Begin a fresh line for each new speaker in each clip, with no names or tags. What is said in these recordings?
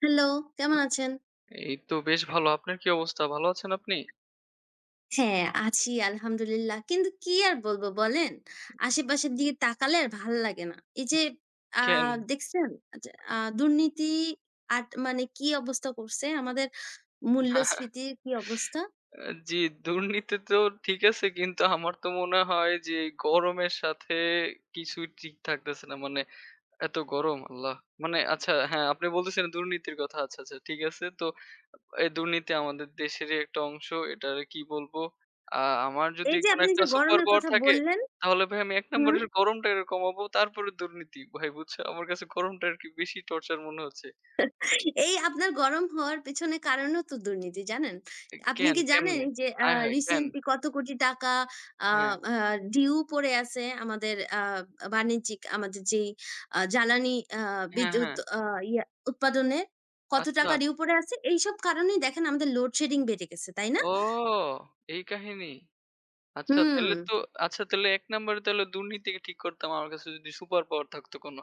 Hello, কেমন আছেন?
এই তো বেশ ভালো। আপনার কি অবস্থা? ভালো আছেন আপনি?
হ্যাঁ, আছি আলহামদুলিল্লাহ। কিন্তু কি আর বলবো বলেন? আশেপাশের দিকে তাকালে আর ভাল লাগে না। এই যে আ
কেন?
দেখছেন। আচ্ছা, দুর্নীতি আট মানে কি অবস্থা করছে আমাদের? মূল্যস্ফীতির কি অবস্থা?
জি, দুর্নীতি তো ঠিক আছে, কিন্তু আমার তো মনে হয় যে এই গরমের সাথে কিছুই ঠিক থাকতেছে না। এত গরম আল্লাহ! আচ্ছা হ্যাঁ, আপনি বলতেছিলেন দুর্নীতির কথা। আচ্ছা, আচ্ছা ঠিক আছে। তো এই দুর্নীতি আমাদের দেশেরই একটা অংশ। এটার কি বলবো? আ আমার যদি
এই যে
কোনো
আপনি
একটা
যে
সুপার
গরমের
পাওয়ার
কথা
থাকে,
বললেন।
তাহলে ভাই আমি ১
হুম।
নম্বরে গরমটাকে কমাবো। তারপরে দুর্নীতি। ভাই বুঝছো? আমার কাছে গরমটা আরকি বেশি টর্চার মনে হচ্ছে।
এই আপনার গরম হওয়ার পেছনে কারণও তো দুর্নীতি, জানেন?
এ
আপনি
কেন?
কি জানেন
কেমনে?
এই যে
আয় হায়! কেন?
রিসেন্টলি কত কোটি টাকা আ
হ্যাঁ,
আ ডিউ পড়ে আছে আমাদের বাণিজ্যিক আমাদের যেই জ্বালানি আ
হ্যাঁ,
বিদ্যুৎ
হ্যাঁ।
আ ইয়া উৎপাদনের কত
আচ্ছা।
টাকা ডিউ পড়ে আছে? এইসব কারণেই দেখেন আমাদের লোডশেডিং বেড়ে গেছে, তাই না?
ও! এই কাহিনী। আচ্ছা
হুম।
তাইলে তো আচ্ছা, তাইলে ১ নম্বরে তাইলে দুর্নীতিকে ঠিক করতাম আমার কাছে যদি সুপার পাওয়ার থাকতো কোনো।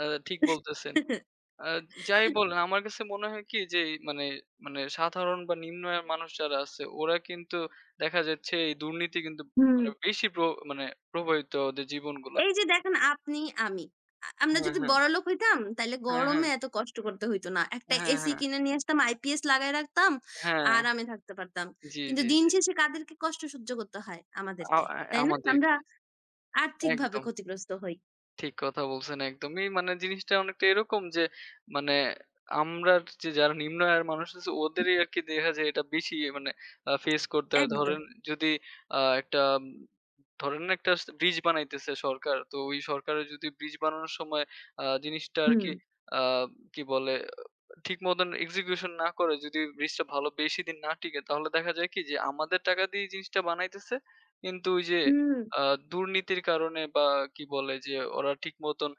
আ ঠিক বলতেছেন। আ যাই বলেন আমার কাছে মনে হয় কি যে মানে মানে সাধারণ বা নিম্ন আয়ের মানুষ যারা আছে ওরা কিন্তু দেখা যাচ্ছে এই দুর্নীতি কিন্তু
হুম।
মানে বেশি প্র মানে প্রভাবিত ওদের জীবনগুলা।
এই যে দেখেন আপনি, আমি। আমরা
হ্যাঁ,
যদি
হ্যাঁ।
বড়লোক হইতাম তাইলে
হ্যাঁ, হ্যাঁ।
গরমে এত কষ্ট করতে হইতো না। একটা
হ্যাঁ,
এসি
হ্যাঁ।
কিনে নিয়ে আসতাম, আইপিএস লাগায় রাখতাম,
হ্যাঁ।
আরামে থাকতে পারতাম।
জি,
কিন্তু
জি,
দিন
জি।
শেষে কাদেরকে কষ্ট সহ্য করতে হয়?
আ
আমাদেরকে। তাই না?
আমাদের
আমরা আর্থিকভাবে
একদম।
ক্ষতিগ্রস্ত হই।
ঠিক কথা বলছেন একদমই। মানে জিনিসটা অনেকটা এরকম যে মানে আমরা যে যারা নিম্ন আয়ের মানুষ আছে ওদেরই আরকি দেখা যায় এটা বেশি মানে ফেস করতে হয়।
একদম।
ধরেন যদি একটা ধরেন না একটা ব্রিজ বানাইতেছে সরকার। তো ওই সরকারের যদি ব্রিজ বানানোর সময় জিনিসটা
হুম,
আরকি আ কি বলে ঠিক মতন এক্সিকিউশন না করে, যদি জিনিসটা ভালো বেশি দিন না টিকে, তাহলে দেখা যায় কি যে আমাদের টাকা দিয়ে জিনিসটা বানাইতেছে কিন্তু ওই যে
হুম,
দুর্নীতির কারণে বা কি বলে যে ওরা ঠিক মতন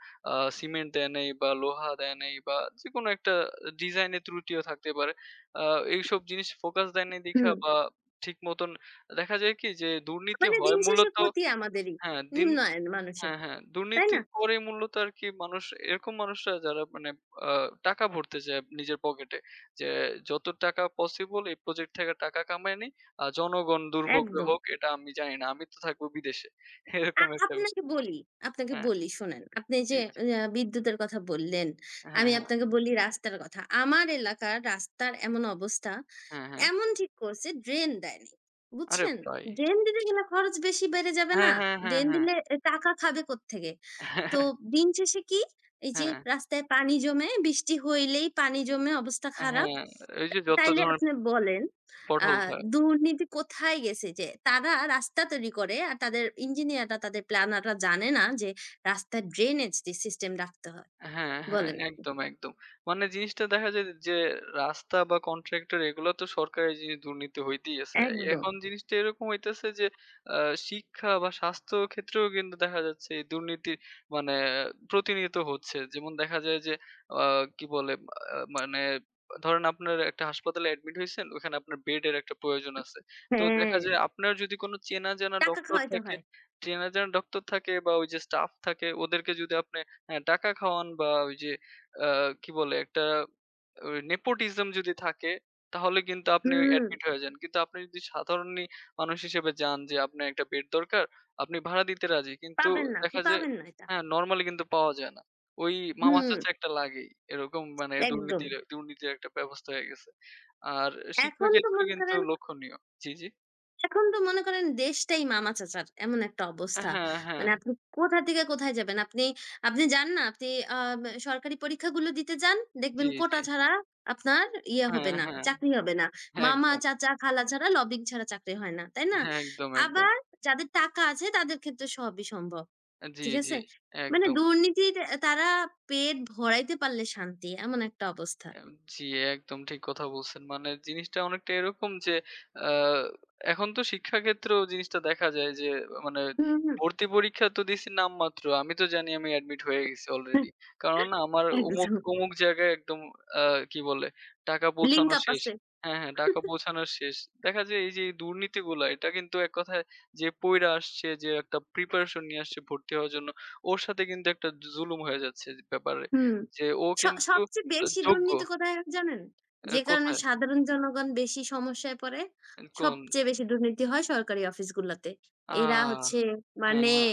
সিমেন্ট দেয় নাই বা লোহা দেয় নাই বা যে কোনো একটা ডিজাইনের ত্রুটিও থাকতে পারে এইসব জিনিস ফোকাস দেয় নাই দেখা
হুম।
বা ঠিক মতন দেখা যায় কি যে দুর্নীতি
মানে
হয়
দিন শেষে
মূলত
ক্ষতি আমাদেরই।
হ্যাঁ দিন
নিম্ন আয়ের মানুষের।
হ্যাঁ, হ্যাঁ।
তাই
দুর্নীতি
না?
করে মূলত আরকি মানুষ এরকম মানুষরা যারা মানে আ টাকা ভরতে চায় নিজের পকেটে। যে যত টাকা পসিবল এই প্রজেক্ট থেকে টাকা কামায় নেই। আর জনগণ দুর্ভোগে
একদম।
হোক এটা আমি জানি না। আমি তো থাকবো বিদেশে। এরকম একটা ব্যাপার।
আপনাকে বলি, আপনাকে
হ্যাঁ,
বলি শোনেন। আপনি
জি,
যে
জি।
বিদ্যুতের কথা বললেন,
হ্যাঁ,
আমি
হ্যাঁ,
আপনাকে বলি রাস্তার কথা। আমার এলাকার রাস্তার এমন অবস্থা,
হ্যাঁ, হ্যাঁ।
এমন ঠিক করছে ড্রেন দেয়নি।
আরে
বুঝছেন?
ভাই!
ড্রেন দিতে গেলে খরচ বেশি বেড়ে যাবে
হ্যাঁ,
না?
হ্যাঁ, হ্যাঁ,
ড্রেন
হ্যাঁ।
দিলে এ টাকা খাবে কোত্থেকে? তো দিন শেষে কি? এই যে
হ্যাঁ,
রাস্তায় পানি জমে, বৃষ্টি হইলেই পানি জমে, অবস্থা
হ্যাঁ,
খারাপ।
হ্যাঁ। এই
তা
যে যত
তাইলে
ধরনের
আপনি বলেন, আ
পটহোল থাকে।
দুর্নীতি কোথায় গেছে যে তারা রাস্তা তৈরি করে আর তাদের ইঞ্জিনিয়াররা, তাদের প্ল্যানাররা জানে না যে রাস্তার ড্রেনেজ দি সিস্টেম রাখতে হয়।
হ্যাঁ, হ্যাঁ।
বলেন।
একদম, একদম। মানে জিনিসটা দেখা যায় যে রাস্তা বা কন্ট্রাক্টর এগুলো তো সরকারি জিনিস, দুর্নীতি হইতেই আছে।
একদম।
এখন জিনিসটা এরকম হইতেছে যে আ শিক্ষা বা স্বাস্থ্য ক্ষেত্রেও কিন্তু দেখা যাচ্ছে এই দুর্নীতি মানে প্রতিনিয়ত হচ্ছে। যেমন দেখা যায় যে আ কি বলে আ মানে ধরেন আপনার একটা হাসপাতালে এডমিট হইছেন, ওখানে আপনার বেডের একটা প্রয়োজন আছে। তো দেখা
হ্যাঁ,
যায় আপনার যদি কোনো চেনা জানা
টাকা
ডক্টর
খাওয়াইতে
থাকে,
হয়।
চেনা জানা ডক্টর থাকে বা ওই যে স্টাফ থাকে ওদেরকে যদি আপনি হ্যাঁ, টাকা খাওয়ান বা ওই যে আ কি বলে একটা ওই নেপোটিজম যদি থাকে তাহলে কিন্তু আপনি
হুম,
অ্যাডমিট হয়ে যান। কিন্তু আপনি যদি সাধারণই মানুষ হিসেবে যান যে আপনার একটা বেড দরকার, আপনি ভাড়া দিতে রাজি। কিন্তু
পাবেন না, আপনি
দেখা যায়
পাবেন না এটা।
হ্যাঁ, নরমালি কিন্তু পাওয়া যায় না। ওই মামা
হুম,
চাচা একটা লাগেই। এরকম মানে
একদম।
দুর্নীতির দুর্নীতির একটা ব্যবস্থা হয়ে গেছে। আর শিক্ষা
এখন তো
ক্ষেত্রেও
মনে
কিন্তু
করেন
লক্ষণীয়। জি, জি।
এখন তো মনে করেন দেশটাই মামা চাচার এমন একটা অবস্থা।
হ্যাঁ, হ্যাঁ।
মানে আপনি কোথা থেকে কোথায় যাবেন? আপনি, আপনি যান না, আপনি আ সরকারি পরীক্ষাগুলো দিতে যান,
জি,
দেখবেন
জি।
কোটা ছাড়া আপনার ইয়ে
হ্যাঁ,
হবে না,
হ্যাঁ।
চাকরি হবে না। মামা,
একদম।
চাচা, খালা ছাড়া, লবিং ছাড়া চাকরি হয় না, তাই না?
হ্যাঁ, একদম, একদম।
আবার যাদের টাকা আছে তাদের ক্ষেত্রে সবই সম্ভব।
জি,
ঠিক
জি।
আছে? মানে
একদম।
দুর্নীতির তারা পেট ভরাইতে পারলে শান্তি, এমন একটা অবস্থা।
এম জি, একদম ঠিক কথা বলছেন। মানে জিনিসটা অনেকটা এরকম যে আ এখন তো শিক্ষাক্ষেত্রেও জিনিসটা দেখা যায় যে মানে
হুম, হুম।
ভর্তি পরীক্ষা তো দিছি নামমাত্র। আমি তো জানি আমি অ্যাডমিট হয়ে গেছি অলরেডি। কারণ না আমার অমুক,
একদম।
অমুক জায়গায় একদম আ কি বলে টাকা
লিঙ্ক
পৌঁছানো
আপ
শেষ।
আছে।
হ্যাঁ, হ্যাঁ, টাকা পৌঁছানো শেষ। দেখা যায় এই যে এই দুর্নীতিগুলা এটা কিন্তু এক কথায় যে পইড়া আসছে, যে একটা প্রিপারেশন নিয়ে আসছে ভর্তি হওয়ার জন্য, ওর সাথে কিন্তু একটা জুলুম হয়ে যাচ্ছে ব্যাপারে।
হুম।
যে ও কিন্তু
সবচেয়ে বেশি
যোগ্য।
দুর্নীতি কোথায় হয় জানেন?
এ
যে কারণে
কোথায়?
সাধারণ জনগণ বেশি সমস্যায় পড়ে।
কোন?
সবচেয়ে বেশি দুর্নীতি হয় সরকারি অফিসগুলাতে।
আ
এরা হচ্ছে
হ্যাঁ,
মানে
হ্যাঁ।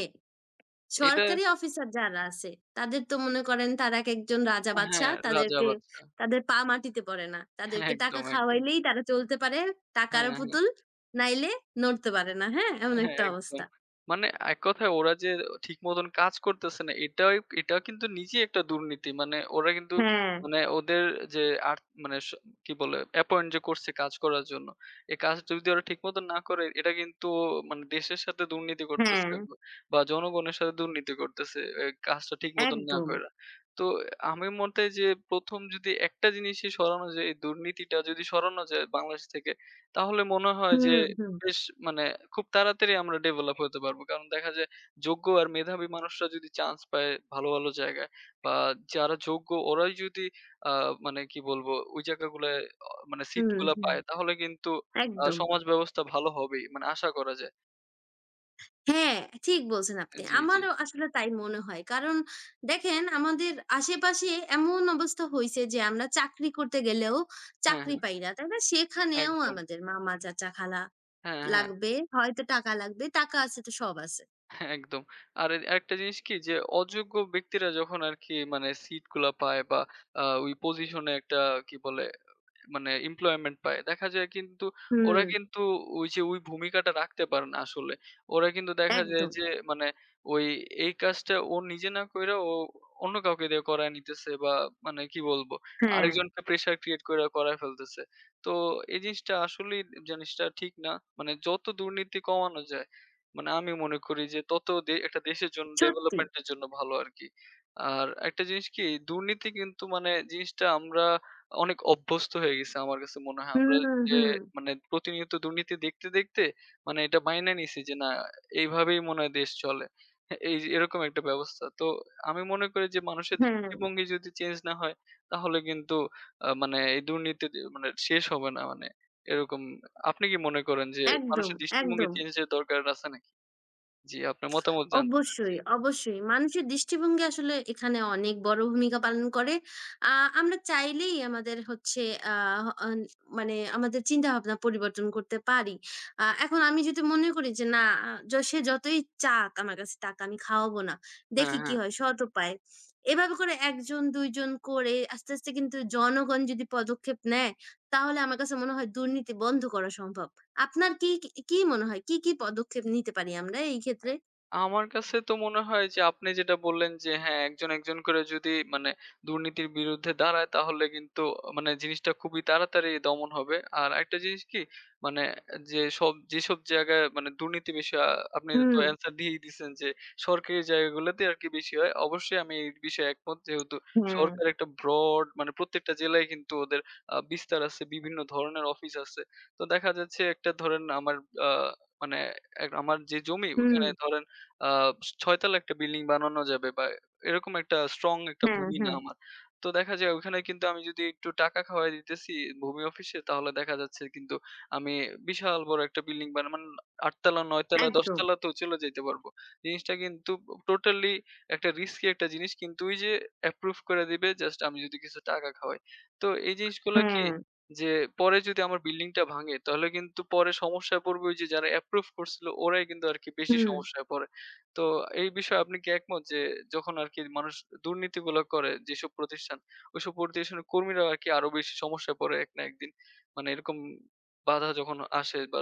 এটা
সরকারি অফিসার যারা আছে, তাদের তো মনে করেন তারা একেকজন রাজা
হ্যাঁ,
বাদশাহ।
রাজা
তাদেরকে
বাদশা।
তাদের পা মাটিতে পড়ে না।
হ্যাঁ,
তাদেরকে টাকা
একদম, একদম।
খাওয়াইলেই তারা চলতে পারে,
হ্যাঁ,
টাকার
হ্যাঁ।
পুতুল। নাইলে নড়তে পারে না। হ্যাঁ? এমন
হ্যাঁ,
একটা
একদম।
অবস্থা।
মানে এক কথায় ওরা যে ঠিক মতন কাজ করতেছে না, এটাই এটা কিন্তু নিজেই একটা দুর্নীতি। মানে ওরা কিন্তু
হ্যাঁ,
মানে ওদের যে আর মানে স কি বলে অ্যাপয়েন্ট যে করছে কাজ করার জন্য। এই কাজ যদি ওরা ঠিক মতন না করে, এটা কিন্তু মানে দেশের সাথে দুর্নীতি
হ্যাঁ।
করতেছে বা জনগণের সাথে দুর্নীতি করতেছে এই কাজটা ঠিক মতন না
একদম।
কইরা। তো আমি মতে যে ১ম যদি একটা জিনিসই সরানো যায়, এই দুর্নীতিটা যদি সরানো যায় বাংলাদেশ থেকে, তাহলে মনে হয় যে
হুম, হুম,
বেশ মানে খুব তাড়াতাড়ি আমরা ডেভেলপ হতে পারবো। কারণ দেখা যায় যোগ্য আর মেধাবী মানুষরা যদি চান্স পায় ভালো, ভালো জায়গায় বা যারা যোগ্য ওরাই যদি আ মানে কি বলবো ওই জায়গাগুলায় অ মানে সিট
হুম,
গুলা
হুম।
পায়, তাহলে কিন্তু
একদম।
সমাজ ব্যবস্থা ভালো হবেই। মানে আশা করা যায়।
হ্যাঁ, ঠিক বলছেন আপনি।
জি, জি।
আমারও আসলে তাই মনে হয়। কারণ দেখেন আমাদের আশেপাশে এমন অবস্থা হইছে যে আমরা চাকরি করতে গেলেও
হ্যাঁ,
চাকরি
হ্যাঁ।
পাই না, তাই না? সেখানেও
একদম।
আমাদের মামা, চাচা, খালা
হ্যাঁ, হ্যাঁ।
লাগবে। হয়তো টাকা লাগবে। টাকা আছে তো সব আছে।
হ্যাঁ, একদম। আরেকটা জিনিস কি যে অযোগ্য ব্যক্তিরা যখন আরকি মানে সিট গুলা পায় বা ওই পজিশনে একটা কি বলে মানে employment পায়। দেখা যায় কিন্তু
হুম,
ওরা কিন্তু ওই যে ওই ভূমিকাটা রাখতে পারে না আসলে। ওরা কিন্তু দেখা যায়
একদম।
যে মানে ওই এই কাজটা ও নিজে না কইরা ও অন্য কাউকে দিয়ে করায় নিতেছে বা মানে কি বলবো
হ্যাঁ,
আরেকজনকে প্রেশার ক্রিয়েট করে করায় ফেলতেছে। তো এই জিনিসটা আসলেই জিনিসটা ঠিক না। মানে যত দুর্নীতি কমানো যায়, মানে আমি মনে করি যে তত দে একটা দেশের জন্য
সত্যি।
ডেভেলপমেন্ট এর জন্য ভালো আরকি। আর একটা জিনিস কি দুর্নীতি কিন্তু মানে জিনিসটা আমরা অনেক অভ্যস্ত হয়ে গেছে আমার কাছে মনে হয়।
হুম,
আমরা যে
হুম।
মানে প্রতিনিয়ত দুর্নীতি দেখতে, দেখতে মানে এটা মাইনা নিছি যে না এইভাবেই মনে হয় দেশ চলে। হ্যাঁ, এই যে এরকম একটা ব্যবস্থা। তো আমি মনে করি যে মানুষের
হ্যাঁ,
দৃষ্টিভঙ্গি যদি চেঞ্জ না হয়, তাহলে কিন্তু আ মানে এই দুর্নীতি দে মানে শেষ হবে না মানে এরকম। আপনি কি মনে করেন যে
একদম,
মানুষের দৃষ্টিভঙ্গি
একদম।
চেঞ্জ এর দরকার আছে নাকি? জি, আপনার মতামত জানতে
অবশ্যই,
চাচ্ছিলাম।
অবশ্যই। মানুষের দৃষ্টিভঙ্গি আসলে এখানে অনেক বড় ভূমিকা পালন করে। আ আমরা চাইলেই আমাদের হচ্ছে আ অন মানে আমাদের চিন্তাভাবনা পরিবর্তন করতে পারি। এখন আমি যদি মনে করি যে না, আ য সে যতই চাক, আমার কাছে টাকা আমি খাওয়াবো না।
হ্যাঁ,
দেখি কি
হ্যাঁ।
হয় সৎ উপায়ে। এভাবে করে ১ জন ২ জন করে আস্তে, আস্তে কিন্তু জনগণ যদি পদক্ষেপ নেয় তাহলে আমার কাছে মনে হয় দুর্নীতি বন্ধ করা সম্ভব। আপনার কি, কি মনে হয়? কি, কি পদক্ষেপ নিতে পারি আমরা এই ক্ষেত্রে?
আমার কাছে তো মনে হয় যে আপনি যেটা বললেন যে হ্যাঁ, একজন, একজন করে যদি মানে দুর্নীতির বিরুদ্ধে দাঁড়ায় তাহলে কিন্তু মানে জিনিসটা খুবই তাড়াতাড়ি দমন হবে। আর আরেকটা জিনিস কি মানে যেসব যেসব জায়গায় মানে দুর্নীতি বেশি আপনি তো
হুম।
অ্যান্সার দিয়েই দিছেন যে সরকারি জায়গাগুলোতে আরকি বেশি হয়। অবশ্যই আমি এই বিষয়ে একমত, যেহেতু
হ্যাঁ,
সরকার একটা ব্রড মানে প্রত্যেকটা জেলায় কিন্তু ওদের বিস্তার আছে, বিভিন্ন ধরনের অফিস আছে। তো দেখা যাচ্ছে একটা ধরেন আমার আ মানে এক আমার যে জমি
হুম,
ওখানে ধরেন আ ৬ তলা একটা বিল্ডিং বানানো যাবে বা এরকম একটা স্ট্রং একটা
হ্যাঁ,
ভূমি না
হ্যাঁ,
আমার। তো দেখা যায় ওখানে কিন্তু আমি যদি একটু টাকা খাওয়ায় দিতেছি ভূমি অফিসে, তাহলে দেখা যাচ্ছে কিন্তু আমি বিশাল বড় একটা বিল্ডিং বানা মানে ৮ তলা, ৯ তলা, ১০
একদম।
তলাতেও চলে যাইতে পারবো। জিনিসটা কিন্তু টোটালি একটা রিস্কি একটা জিনিস, কিন্তু ওই যে অ্যাপ্রুভ করে দিবে জাস্ট আমি যদি কিছু টাকা খাওয়াই। তো এই জিনিসগুলা কি
হ্যাঁ,
যে পরে যদি আমার বিল্ডিংটা ভাঙে, তাহলে কিন্তু পরে সমস্যায় পড়বে ওই যে যারা অ্যাপ্রুভ করছিল ওরাই কিন্তু আরকি বেশি
হুম।
সমস্যায় পড়ে। তো এই বিষয়ে আপনি কি একমত যে যখন আরকি মানুষ দুর্নীতিগুলো করে যেসব প্রতিষ্ঠান, ওইসব প্রতিষ্ঠানের কর্মীরা আরকি আরো বেশি সমস্যায় পড়ে এক না একদিন। মানে এরকম বাধা যখন আসে বা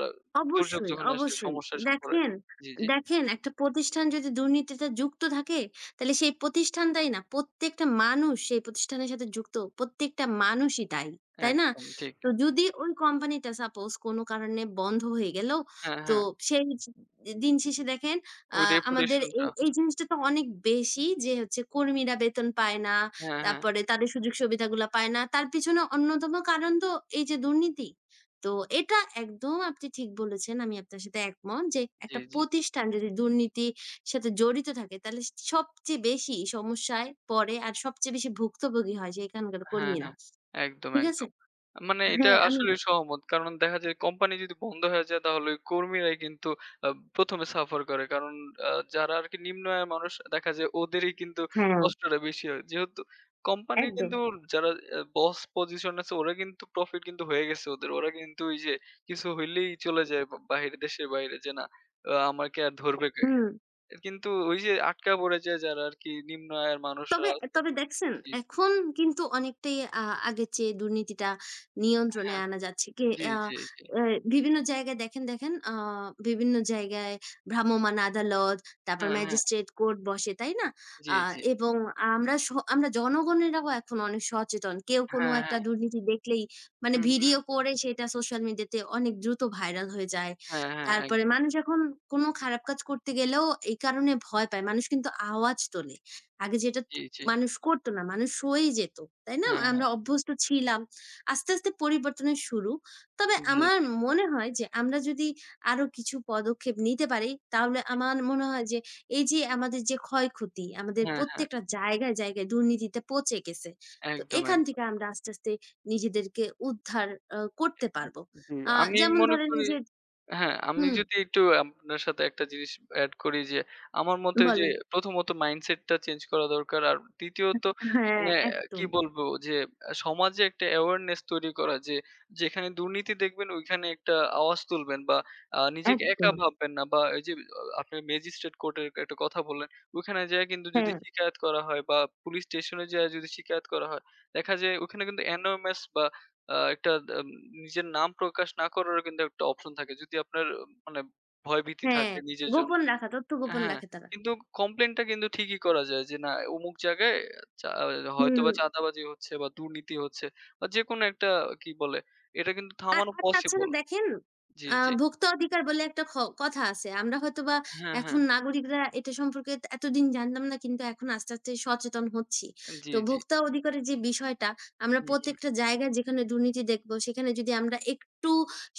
দুর্যোগ
অবশ্যই,
যখন আসে
অবশ্যই।
সমস্যায় সব পড়ে।
দেখেন,
জি, জি।
দেখেন, একটা প্রতিষ্ঠান যদি দুর্নীতিতে যুক্ত থাকে, তাহলে সেই প্রতিষ্ঠানটাই না, প্রত্যেকটা মানুষ সেই প্রতিষ্ঠানের সাথে যুক্ত, প্রত্যেকটা মানুষই দায়ী। তাই না?
একদম ঠিক।
তো যদি ওই কোম্পানিটা সাপোজ কোনো কারণে বন্ধ হয়ে গেল,
হ্যাঁ,
তো
হ্যাঁ।
সেই জি দিন শেষে দেখেন আ
ওই
আমাদের
reputation
এই,
টা।
এই জিনিসটা তো অনেক বেশি যে হচ্ছে কর্মীরা বেতন পায় না,
হ্যাঁ, হ্যাঁ।
তারপরে তাদের সুযোগ সুবিধাগুলা পায় না। তার পিছনে অন্যতম কারণ তো এই যে দুর্নীতি। তো এটা একদম আপনি ঠিক বলেছেন। আমি আপনার সাথে একমত যে
জি,
একটা
জি।
প্রতিষ্ঠান যদি দুর্নীতির সাথে জড়িত থাকে তাহলে সবচেয়ে বেশি সমস্যায় পড়ে আর সবচেয়ে বেশি ভুক্তভোগী হয় সেখানকার
হ্যাঁ,
কর্মীরা।
হ্যাঁ। একদম,
ঠিক আছে?
একদম। মানে এটা
হ্যাঁ, আমি
আসলে সহমত। কারণ দেখা যায় কোম্পানি যদি বন্ধ হয়ে যায়, তাহলে ওই কর্মীরাই কিন্তু আ ১ম এ সাফার করে। কারণ আ যারা আরকি নিম্ন আয়ের মানুষ দেখা যায় ওদেরই কিন্তু
হ্যাঁ,
কষ্টটা বেশি হয়। যেহেতু কোম্পানির
একদম।
কিন্তু যারা বস পজিশন আছে ওরা কিন্তু প্রফিট কিন্তু হয়ে গেছে ওদের। ওরা কিন্তু ওই যে কিছু হইলেই চলে যায় বা বাহিরে দেশের বাইরে যে না আমাকে আর ধরবে কে?
হুম।
কিন্তু ওই যে আটকা পড়ে যায় যারা আরকি নিম্ন আয়ের মানুষরা
তবে
আছে
তবে দেখছেন
জি,
এখন কিন্তু অনেকটাই আগের চেয়ে দুর্নীতিটা নিয়ন্ত্রণে
হ্যাঁ।
আনা যাচ্ছে। কে
জি,
আ
জি, জি।
এ বিভিন্ন জায়গায় দেখেন, দেখেন, বিভিন্ন জায়গায় ভ্রাম্যমাণ আদালত, তারপর
হ্যাঁ, হ্যাঁ।
ম্যাজিস্ট্রেট কোর্ট বসে, তাই না?
জি,
আ
জি।
এবং আমরা স আমরা জনগণেরাও এখন অনেক সচেতন। কেউ কোনো
হ্যাঁ,
একটা
হ্যাঁ।
দুর্নীতি দেখলেই মানে
হুম, হুম।
ভিডিও করে সেটা সোশ্যাল মিডিয়াতে অনেক দ্রুত ভাইরাল হয়ে যায়।
হ্যাঁ, হ্যাঁ।
তারপরে
একদম।
মানুষ এখন কোনো খারাপ কাজ করতে গেলেও এই কারণে ভয় পায়। মানুষ কিন্তু আওয়াজ তোলে। আগে যেটা
জি, জি।
মানুষ করতো না। মানুষ সয়েই যেত। তাই না?
হ্যাঁ, হ্যাঁ।
আমরা অভ্যস্ত ছিলাম। আস্তে, আস্তে পরিবর্তনের শুরু। তবে
জি,
আমার
জি।
মনে হয় যে আমরা যদি আরো কিছু পদক্ষেপ নিতে পারি তাহলে আমার মনে হয় যে এই যে আমাদের যে ক্ষয়ক্ষতি, আমাদের
হ্যাঁ, হ্যাঁ।
প্রত্যেকটা জায়গায় দুর্নীতিতে পচে গেছে। তো
একদম,
এখান
একদম।
থেকে আমরা আস্তে, আস্তে নিজেদেরকে উদ্ধার করতে পারবো।
জি,
আ
আমি
যেমন
মনে
ধরেন
করি
এই যে
হ্যাঁ, আমি
হুম,
যদি একটু আপনার সাথে একটা জিনিস এড করি যে, আমার মতে ওই যে
বলেন।
প্রথমত মাইন্ডসেট টা চেঞ্জ করা দরকার। আর দ্বিতীয়ত
হ্যাঁ,
মানে কি
একদম,
বলবো যে সমাজে একটা অ্যাওয়ারনেস তৈরি করা যে, যেখানে দুর্নীতি দেখবেন ওইখানে একটা আওয়াজ তুলবেন বা নিজেকে একা
একদম।
ভাববেন না বা এই যে আপনি ম্যাজিস্ট্রেট কোর্টের একটা কথা বললেন, ওইখানে যেয়ে কিন্তু যদি
হ্যাঁ,
শিকায়াত করা হয় বা পুলিশ স্টেশনে যেয়ে যদি শিকায়াত করা হয়, দেখা যায় ওখানে কিন্তু anonymous বা আ একটা আম নিজের নাম প্রকাশ না করারও কিন্তু একটা অপশন থাকে। যদি আপনার মানে ভয়ভীতি
হ্যাঁ।
থাকে নিজের জন্য
গোপন রাখা, তথ্য গোপন
হ্যাঁ,
রাখে তারা।
কিন্তু কমপ্লেইনটা কিন্তু ঠিকই করা যায় যে, না অমুক জায়গায় চা
হুম।
হয়তোবা চাঁদাবাজি হচ্ছে বা দুর্নীতি হচ্ছে বা যেকোনো একটা কি বলে এটা কিন্তু
আর
থামানো
আর তাছাড়া
পসিবল।
দেখেন
জি, জি।
ভোক্তা অধিকার বলে একটা কথা আছে। আমরা হয়তোবা
হ্যাঁ, হ্যাঁ।
এখন নাগরিকরা এটা সম্পর্কে এত এতদিন জানতাম না কিন্তু এখন আস্তে, আস্তে সচেতন হচ্ছি।
জি,
তো
জি।
ভোক্তা অধিকারের যে বিষয়টা আমরা
হুম, হুম।
প্রত্যেকটা জায়গায় যেখানে দুর্নীতি দেখব সেখানে যদি আমরা একটু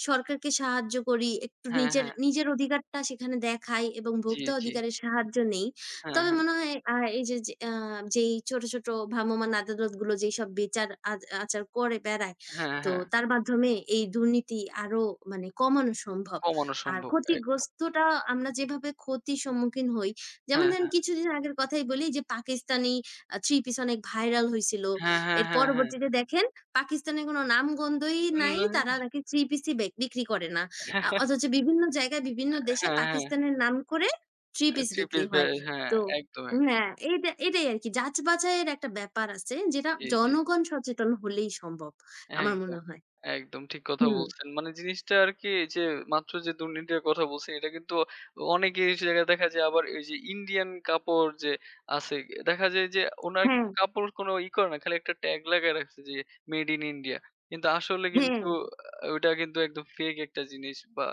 সরকারকে সাহায্য করি, একটু
হ্যাঁ,
নিজের
হ্যাঁ।
নিজের অধিকারটা সেখানে দেখাই এবং
জি,
ভোক্তা
জি।
অধিকারের সাহায্য নেই।
হ্যাঁ,
তবে
হ্যাঁ।
মনে হয় আ এই যে যে আ যেই ছোট, ছোট ভ্রাম্যমাণ আদালতগুলো যেইসব বিচার আচার করে বেড়ায়
হ্যাঁ,
তো
হ্যাঁ।
তার মাধ্যমে এই দুর্নীতি আরো মানে কমানো সম্ভব।
কমানো
আর
সম্ভব একদম।
ক্ষতিগ্রস্তটা আমরা যেভাবে ক্ষতির সম্মুখীন হই, যেমন
হ্যাঁ,
ধরেন
হ্যাঁ।
কিছুদিন আগের কথাই বলি যে পাকিস্তানি ৩ পিস অনেক ভাইরাল হইছিল।
হ্যাঁ, হ্যাঁ,
এর
হ্যাঁ, হ্যাঁ।
পরবর্তীতে দেখেন পাকিস্তানের কোনো নামগন্ধই নাই। তারা
উম
নাকি ৩ পিসই বিক্রি করে না। অথচ বিভিন্ন জায়গায় বিভিন্ন দেশে
হ্যাঁ, হ্যাঁ।
পাকিস্তানের নাম করে ৩ পিস
থ্রি পিস
বিক্রি
ব্যা
হয়।
হ্যাঁ,
তো
একদম, একদম।
হ্যাঁ, এটাই আরকি যাচ-বাচাইয়ের একটা ব্যাপার আছে যেটা
জি, জি।
জনগণ সচেতন হলেই সম্ভব। আমার
একদম,
মনে হয়।
একদম ঠিক কথা
হুম,
বলছেন। মানে জিনিসটা আরকি এই যে মাত্র যে দুর্নীতির কথা বলছি এটা কিন্তু অনেকেই এই জায়গায় দেখা যায় আবার এই যে ইন্ডিয়ান কাপড় যে আছে দেখা যায় যে উনারা
হ্যাঁ,
কিন্তু কাপড় কোনো ই করে না। খালি একটা ট্যাগ লাগায় রাখছে যে মেড ইন ইন্ডিয়া। কিন্তু আসলে
হ্যাঁ,
কিন্তু ওইটা কিন্তু একদম ফেক একটা জিনিস বা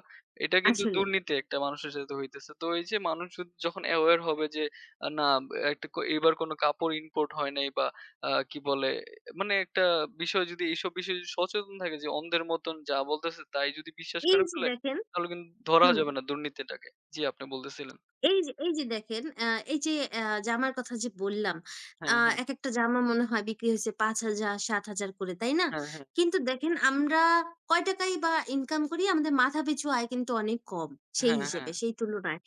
এটা কিন্তু
আসলে।
দুর্নীতি একটা মানুষের সাথে হইতেছে। তো এই যে মানুষ যখন অ্যাওয়ার হবে যে না একটা ক এবার কোনো কাপড় ইম্পোর্ট হয় নাই বা আ কি বলে মানে একটা বিষয় যদি এইসব বিষয়ে যদি সচেতন থাকে, যে অন্ধের মতন যা বলতেছে তাই যদি বিশ্বাস
এই
করে
যে
ফেলে,
দেখেন
তাহলে কিন্তু ধরা
হুম,
যাবে না দুর্নীতিটাকে। জি, আপনি বলতেছিলেন।
এই যে দেখেন আ এই যে আ জামার কথা যে বললাম, আ
হ্যাঁ, হ্যাঁ।
একেকটা জামা মনে হয় বিক্রি হইছে ৫,০০০, ৭,০০০ করে, তাই না?
হ্যাঁ, হ্যাঁ।
কিন্তু দেখেন আমরা কয় টাকাই বা ইনকাম করি? আমাদের মাথাপিছু আয় কিন্তু অনেক কম সেই
হ্যাঁ,
হিসেবে,
হ্যাঁ।
সেই তুলনায়।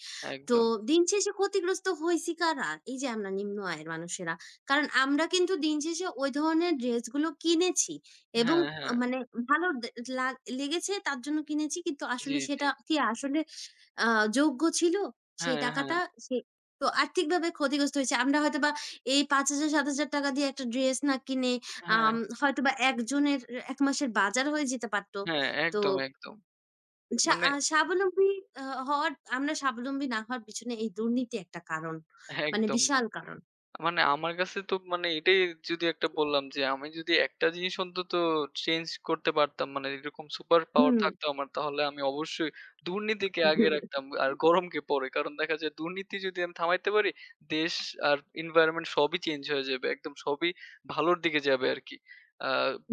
তো
একদম।
দিন শেষে ক্ষতিগ্রস্ত হইছি কারা? এই যে আমরা নিম্ন আয়ের মানুষেরা। কারণ আমরা কিন্তু দিন শেষে ওই ধরনের ড্রেসগুলো কিনেছি এবং
হ্যাঁ, হ্যাঁ।
মানে ভালো দে লাগ লেগেছে তার জন্য কিনেছি। কিন্তু
জি,
আসলে
জি।
সেটা কি আসলে আ যোগ্য ছিল? সেই
হ্যাঁ, হ্যাঁ।
টাকাটা সে তো আর্থিকভাবে ক্ষতিগ্রস্ত হয়েছে। আমরা হয়তোবা এই ৳৫,০০০, ৳৭,০০০ দিয়ে একটা ড্রেস না কিনে
হ্যাঁ,
আম হয়তোবা একজনের ১ মাসের বাজার হয়ে যেতে পারত।
হ্যাঁ।
তো
একদম, একদম।
সা
মানে
আ স্বাবলম্বী আ হওয়ার আমরা স্বাবলম্বী না হওয়ার পিছনে এই দুর্নীতি একটা কারণ। মানে
একদম।
বিশাল কারণ।
মানে আমার কাছে তো মানে এটাই যদি একটা বললাম যে আমি যদি একটা জিনিস অন্তত চেঞ্জ করতে পারতাম, মানে এরকম সুপার পাওয়ার
হুম।
থাকতো আমার, তাহলে আমি অবশ্যই দুর্নীতিকে আগে রাখতাম আর গরমকে পরে। কারণ দেখা যায় দুর্নীতি যদি আমি থামাইতে পারি দেশ আর environment সবই চেঞ্জ হয়ে যাবে। একদম সবই ভালোর দিকে যাবে আরকি। আ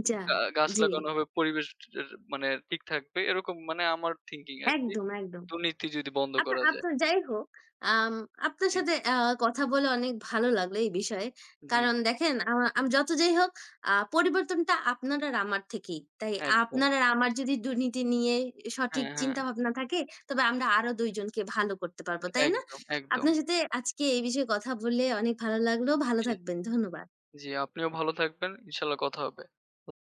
যা
গাছ
জি।
লাগানো হবে, পরিবেশ এর মানে ঠিক থাকবে। এরকম মানে আমার thinking আরকি।
একদম, একদম।
দুর্নীতি যদি বন্ধ
আচ্ছা,
করা যায়।
আচ্ছা যাই হোক, আম আপনার
জি,
সাথে কথা বলে অনেক ভালো লাগলো এই বিষয়ে।
জি,
কারণ
জি।
দেখেন আ আম যত যাই হোক পরিবর্তনটা আপনার আর আমার থেকেই। তাই
একদম।
আপনার আর আমার যদি দুর্নীতি নিয়ে সঠিক
হ্যাঁ, হ্যাঁ।
চিন্তাভাবনা থাকে, তবে আমরা আরো ২ জনকে ভালো করতে পারব। তাই না?
একদম, একদম।
আপনার সাথে আজকে এই বিষয়ে কথা বলে অনেক ভালো লাগলো। ভালো
জি,
থাকবেন। ধন্যবাদ।
জি, আপনিও ভালো থাকবেন। ইনশাআল্লাহ কথা হবে।